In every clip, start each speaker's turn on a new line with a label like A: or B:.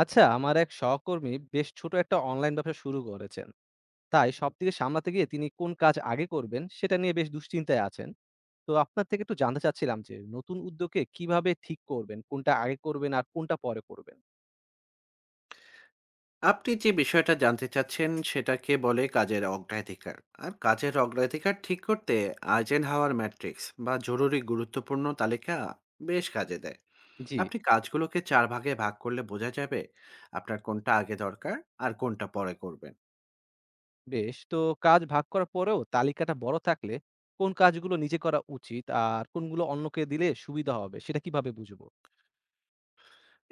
A: আচ্ছা আমার এক সহকর্মী বেশ ছোট একটা অনলাইন ব্যবসা শুরু করেছেন তাই সবদিকে সামলাতে গিয়ে তিনি কোন কাজ আগে করবেন সেটা নিয়ে বেশ দুশ্চিন্তায় আছেন। তো আপনার থেকে একটু জানতে চাচ্ছিলাম যে নতুন উদ্যোগে কিভাবে ঠিক করবেন কোনটা আগে করবেন আর কোনটা পরে করবেন।
B: আপনি যে বিষয়টা জানতে চাচ্ছেন সেটাকে বলে কাজের অগ্রাধিকার। আর কাজের অগ্রাধিকার ঠিক করতে আইজেনহাওয়ার ম্যাট্রিক্স বা জরুরি গুরুত্বপূর্ণ তালিকা বেশ কাজে দেয়।
A: জি।
B: আপনি কাজগুলোকে চার ভাগে ভাগ করলে বোঝা যাবে আপনার কোনটা আগে দরকার আর কোনটা পরে করবেন।
A: বেশ তো, কাজ ভাগ করার পরেও তালিকাটা বড় থাকলে কোন কাজগুলো নিজে করা উচিত আর কোনগুলো অন্যকে দিলে সুবিধা হবে সেটা কিভাবে বুঝবো?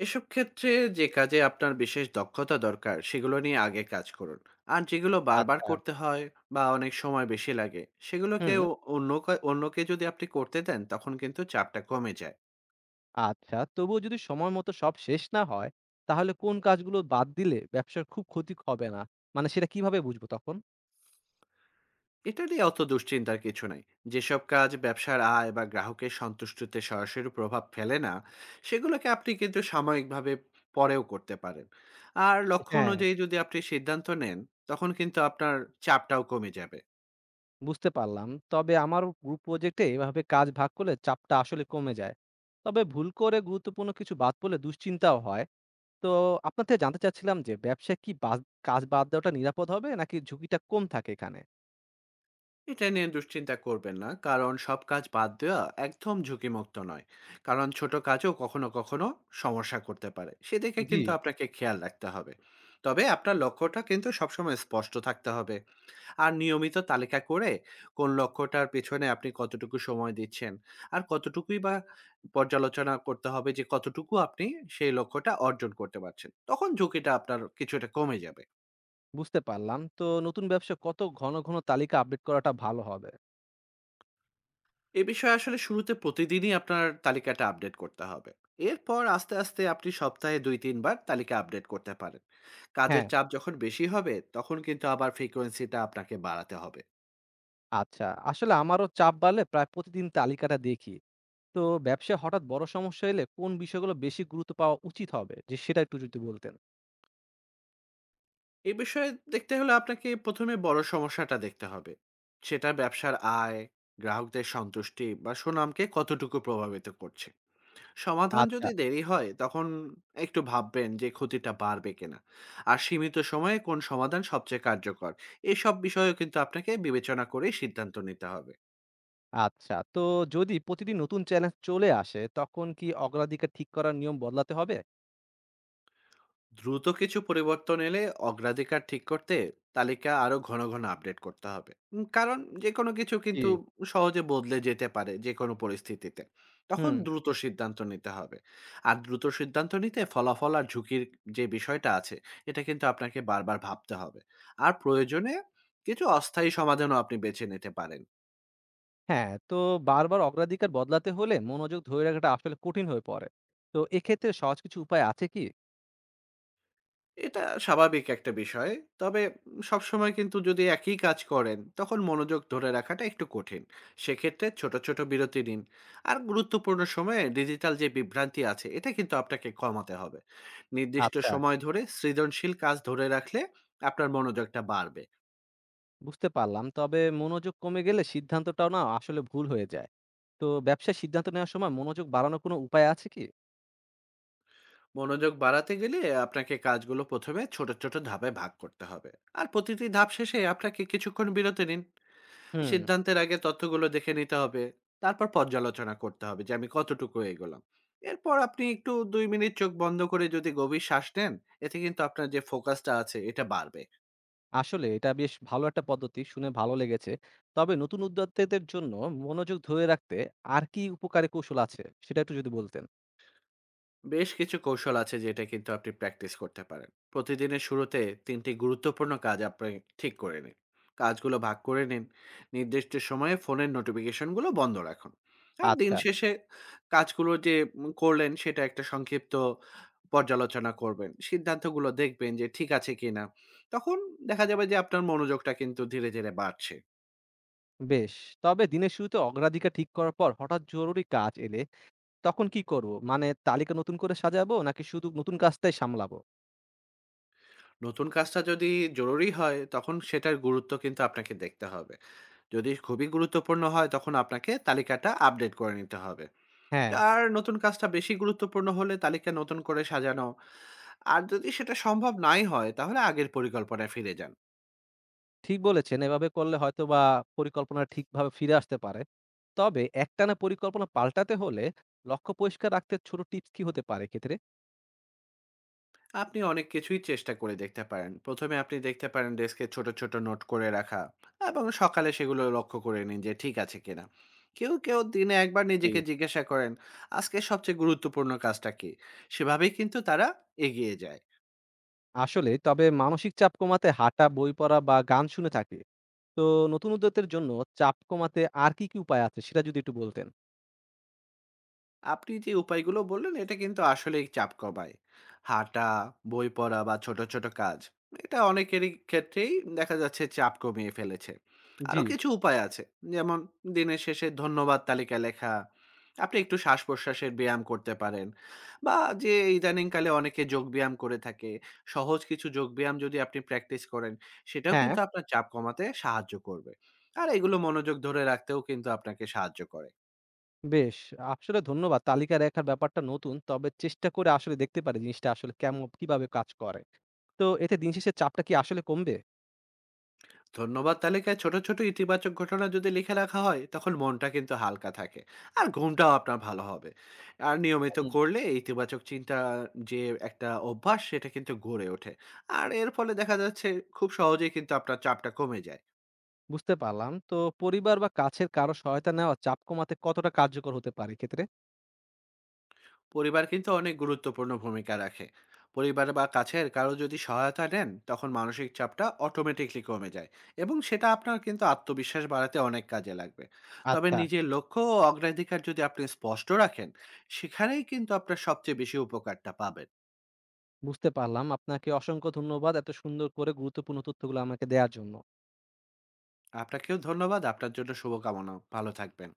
B: এসব ক্ষেত্রে যে কাজে আপনার বিশেষ দক্ষতা দরকার সেগুলো নিয়ে আগে কাজ করুন। আর যেগুলো বারবার
A: আচ্ছা।
B: করতে হয় বা অনেক সময় বেশি লাগে সেগুলোকে
A: হুম।
B: অন্য অন্যকে যদি আপনি করতে দেন তখন কিন্তু চাপটা কমে যায়।
A: আচ্ছা, তবুও যদি সময় মতো সব শেষ না হয়, তাহলে কোন কাজগুলো বাদ দিলে ব্যবসার খুব ক্ষতি হবে না? মানে সেটা কিভাবে বুঝবো তখন?
B: এটা নিয়ে অত দুশ্চিন্তার কিছু নাই। যেসব কাজ ব্যবসার আয় বা গ্রাহকের সন্তুষ্টিতে সরাসরি প্রভাব ফেলে না সেগুলোকে আপনি কিন্তু সাময়িকভাবে পরেও করতে পারেন। আর লক্ষ্য
A: হ্যাঁ।
B: অনুযায়ী যদি আপনি সিদ্ধান্ত নেন তখন কিন্তু আপনার চাপটাও কমে যাবে।
A: বুঝতে পারলাম। তবে আমার গ্রুপ প্রজেক্টে এভাবে কাজ ভাগ করলে চাপটা আসলে কমে যায়। তবে ভুল করে গুরুত্বপূর্ণ কিছু বাদ পড়লে দুশ্চিন্তাও হয়। তো আপনার থেকে জানতে চাচ্ছিলাম যে ব্যবসায় কি কাজ বাদ দেওয়াটা নিরাপদ হবে নাকি ঝুঁকিটা কম থাকে এখানে?
B: এটা নিয়ে দুশ্চিন্তা করবেন না, কারণ সব কাজ বাদ দেওয়া একদম ঝুঁকিমুক্ত নয়। কারণ ছোট কাজও কখনো কখনো সমস্যা করতে পারে, সেদিকে
A: জি।
B: কিন্তু আপনাকে খেয়াল রাখতে হবে। তবে আপনার লক্ষ্যটা কিন্তু সবসময় স্পষ্ট থাকতে হবে। আর নিয়মিত তালিকা করে কোন লক্ষ্যটার পেছনে আপনি কতটুকু সময় দিচ্ছেন আর কতটুকুই বা পর্যালোচনা করতে হবে যে কতটুকু আপনি সেই লক্ষ্যটা অর্জন করতে পারছেন, তখন ঝুঁকিটা আপনার কিছুটা কমে যাবে।
A: বুঝতে পারলাম। তো নতুন ব্যবসা কত ঘন, ঘন তালিকা আপডেট করাটা ভালো হবে?
B: এ বিষয়ে আসলে শুরুতে প্রতিদিনই আপনার তালিকাটা আপডেট করতে হবে। এরপর আস্তে আস্তে আপনি সপ্তাহে দুই তিনবার তালিকা আপডেট করতে পারেন।
A: হ্যাঁ।
B: কাজের চাপ যখন বেশি হবে তখন কিন্তু আবার ফ্রিকোয়েন্সিটা আপনাকে বাড়াতে হবে।
A: আচ্ছা, আসলে আমারও চাপ বাড়লে প্রায় প্রতিদিন তালিকাটা দেখি। তো ব্যবসায় হঠাৎ বড় সমস্যা এলে কোন বিষয়গুলো বেশি গুরুত্ব পাওয়া উচিত হবে? যে সেটা একটু যদি বলতেন।
B: এই বিষয়ে দেখতে হলে আপনাকে ১ম এ বড় সমস্যাটা দেখতে হবে। সেটা ব্যবসার আয়, গ্রাহকদের সন্তুষ্টি বা সুনামকে কতটুকু প্রভাবিত করছে। সমাধান
A: আচ্ছা,
B: যদি দেরি হয়, তখন একটু ভাববেন যে ক্ষতিটা বাড়বে কিনা। আর সীমিত সময়ে কোন সমাধান সবচেয়ে কার্যকর, এসব বিষয়েও কিন্তু আপনাকে বিবেচনা করেই সিদ্ধান্ত নিতে হবে।
A: আচ্ছা। তো যদি প্রতিদিন নতুন চ্যালেঞ্জ চলে আসে তখন কি অগ্রাধিকার ঠিক করার নিয়ম বদলাতে হবে?
B: দ্রুত কিছু পরিবর্তন এলে অগ্রাধিকার ঠিক করতে তালিকা আরো ঘন ঘন আপডেট করতে হবে, কারণ যে কোনো কিছু
A: জি।
B: কিন্তু সহজে বদলে যেতে পারে যে কোনো পরিস্থিতিতে। তখন
A: হুম,
B: দ্রুত সিদ্ধান্ত নিতে হবে। আর দ্রুত সিদ্ধান্ত নিতে ফলাফল আর ঝুঁকির যে বিষয়টা আছে এটা কিন্তু আপনাকে বারবার ভাবতে হবে। আর প্রয়োজনে কিছু অস্থায়ী সমাধানও আপনি বেছে নিতে পারেন।
A: হ্যাঁ। তো বারবার অগ্রাধিকার বদলাতে হলে মনোযোগ ধরে রাখাটা আসলে কঠিন হয়ে পড়ে। তো এক্ষেত্রে সহজ কিছু উপায় আছে কি?
B: এটা স্বাভাবিক একটা বিষয়। তবে সবসময় কিন্তু যদি একই কাজ করেন, তখন মনোযোগ ধরে রাখাটা একটু কঠিন। সেক্ষেত্রে ছোট, ছোট বিরতি নিন। আর গুরুত্বপূর্ণ সময়ে ডিজিটাল যে বিভ্রান্তি আছে, এটা কিন্তু আপনাকে কমাতে হবে। নির্দিষ্ট
A: আচ্ছা।
B: সময় ধরে সৃজনশীল কাজ ধরে রাখলে আপনার মনোযোগটা বাড়বে।
A: বুঝতে পারলাম। তবে মনোযোগ কমে গেলে সিদ্ধান্তটাও না আসলে ভুল হয়ে যায়। তো ব্যবসায় সিদ্ধান্ত নেওয়ার সময় মনোযোগ বাড়ানোর কোনো উপায় আছে কি?
B: মনোযোগ বাড়াতে গেলে আপনাকে কাজগুলো ১ম এ ছোট, ছোট ধাপে ভাগ করতে হবে। আর প্রতিটি ধাপ শেষে আপনাকে কিছুক্ষণ বিরতি নিন।
A: হুম।
B: সিদ্ধান্তের আগে তথ্যগুলো দেখে নিতে হবে। তারপর পর্যালোচনা করতে হবে যে আমি কতটুকু এগোলাম। এরপর আপনি একটু ২ মিনিট চোখ বন্ধ করে যদি গভীর শ্বাস নেন, এতে কিন্তু আপনার যে ফোকাসটা আছে এটা বাড়বে।
A: আসলে এটা বেশ ভালো একটা পদ্ধতি, শুনে ভালো লেগেছে। তবে নতুন উদ্যোক্তাদের জন্য মনোযোগ ধরে রাখতে আর কি উপকারী কৌশল আছে সেটা একটু যদি বলতেন।
B: বেশ কিছু কৌশল আছে যেটা কিন্তু আপনি প্র্যাকটিস করতে পারেন। প্রতিদিনের শুরুতে তিনটি গুরুত্বপূর্ণ কাজ আপনি ঠিক করে নিন। কাজগুলো ভাগ করে নিন। নির্দিষ্ট সময়ে ফোনের নোটিফিকেশনগুলো বন্ধ রাখুন। আর দিন
A: আচ্ছা।
B: শেষে কাজগুলো যে করলেন সেটা একটা সংক্ষিপ্ত পর্যালোচনা করবেন, সিদ্ধান্তগুলো দেখবেন যে ঠিক আছে কিনা। তখন দেখা যাবে যে আপনার মনোযোগটা কিন্তু ধীরে ধীরে বাড়ছে।
A: বেশ। তবে দিনের শুরুতে অগ্রাধিকার ঠিক করার পর হঠাৎ জরুরি কাজ এলে তখন কি করব? মানে তালিকা নতুন করে সাজাবো নাকি শুধু নতুন কাজটাই সামলাবো?
B: নতুন কাজটা যদি জরুরি হয় তখন সেটার গুরুত্ব কিন্তু আপনাকে দেখতে হবে। যদি খুবই গুরুত্বপূর্ণ হয় তখন আপনাকে তালিকাটা আপডেট করে নিতে হবে।
A: হ্যাঁ,
B: আর নতুন কাজটা বেশি গুরুত্বপূর্ণ হলে তালিকা নতুন করে সাজানো। আর যদি সেটা সম্ভব নাই হয় তাহলে আগের পরিকল্পনায় ফিরে যান।
A: ঠিক বলেছেন। এভাবে করলে হয়তোবা পরিকল্পনা ঠিকভাবে ফিরে আসতে পারে। তবে একটানা পরিকল্পনা পাল্টাতে হলে লক্ষ্য পরিষ্কার রাখতে ছোট টিপস কি হতে পারে এক্ষেত্রে?
B: আপনি অনেক কিছুই চেষ্টা করে দেখতে পারেন। প্রথমে আপনি দেখতে পারেন ডেস্কে ছোট ছোট নোট করে রাখা, এবং সকালে সেগুলো লক্ষ্য করে নিন যে ঠিক আছে কিনা। কেউ কেউ দিনে একবার নিজেকে
A: জি।
B: জিজ্ঞাসা করেন আজকে সবচেয়ে গুরুত্বপূর্ণ কাজটা কি, সেভাবেই কিন্তু তারা এগিয়ে যায়।
A: আসলে তবে মানসিক চাপ কমাতে হাঁটা, বই পড়া বা গান শুনে থাকি। তো নতুন উদ্যোগের জন্য চাপ কমাতে আর কি, কি উপায় আছে সেটা যদি একটু বলতেন।
B: আপনি যে উপায়গুলো বললেন এটা কিন্তু আসলেই চাপ কমায়। হাঁটা, বই পড়া বা ছোট, ছোট কাজ। এটা অনেকেরই ক্ষেত্রেই দেখা যাচ্ছে চাপ কমিয়ে ফেলেছে।
A: জি,
B: আরো কিছু উপায় আছে। যেমন দিনের শেষে ধন্যবাদ তালিকা লেখা। আপনি একটু শ্বাস-প্রশ্বাসের ব্যায়াম করতে পারেন। বা যে ইদানিংকালে অনেকে যোগব্যায়াম করে থাকে। সহজ কিছু যোগব্যায়াম যদি আপনি প্র্যাকটিস করেন, সেটাও
A: হ্যাঁ,
B: কিন্তু
A: হ্যাঁ।
B: আপনার চাপ কমাতে সাহায্য করবে। আর এগুলো মনোযোগ ধরে রাখতেও কিন্তু আপনাকে সাহায্য করে।
A: বেশ। আসলে ধন্যবাদ। তালিকা রাখার ব্যাপারটা নতুন। তবে চেষ্টা করে আসলে দেখতে পারি জিনিসটা আসলে কেমন কিভাবে কাজ করে। তো এতে দিন শেষে চাপটা কি আসলে কমবে?
B: ধন্যবাদ তালিকায় ছোট ছোট ইতিবাচক ঘটনা যদি লিখে রাখা হয় তখন মনটা কিন্তু হালকা থাকে। আর ঘুমটাও আপনার ভালো হবে। আর নিয়মিত
A: হুম।
B: করলে এই ইতিবাচক চিন্তা যে একটা অভ্যাস সেটা কিন্তু গড়ে ওঠে। আর এর ফলে দেখা যাচ্ছে খুব সহজেই কিন্তু আপনার চাপটা কমে যায়।
A: বুঝতে পারলাম। তো পরিবার বা কাছের কারো সহায়তা নেওয়া চাপ কমাতে কতটা কার্যকর হতে পারে এক্ষেত্রে?
B: পরিবার কিন্তু অনেক গুরুত্বপূর্ণ ভূমিকা রাখে। পরিবার বা কাছের কারো যদি সহায়তা নেন তখন মানসিক চাপটা অটোমেটিকলি কমে যায়। এবং সেটা আপনার কিন্তু আত্মবিশ্বাস বাড়াতে অনেক কাজে লাগবে। তবে
A: আচ্ছা,
B: নিজের লক্ষ্য ও অগ্রাধিকার যদি আপনি স্পষ্ট রাখেন সেখানেই কিন্তু আপনার সবচেয়ে বেশি উপকারটা পাবেন।
A: বুঝতে পারলাম। আপনাকে অসংখ্য ধন্যবাদ এত সুন্দর করে গুরুত্বপূর্ণ তথ্যগুলো আমাকে দেয়ার জন্য।
B: আপনাকেও ধন্যবাদ। আপনার জন্য শুভকামনা। ভালো থাকবেন।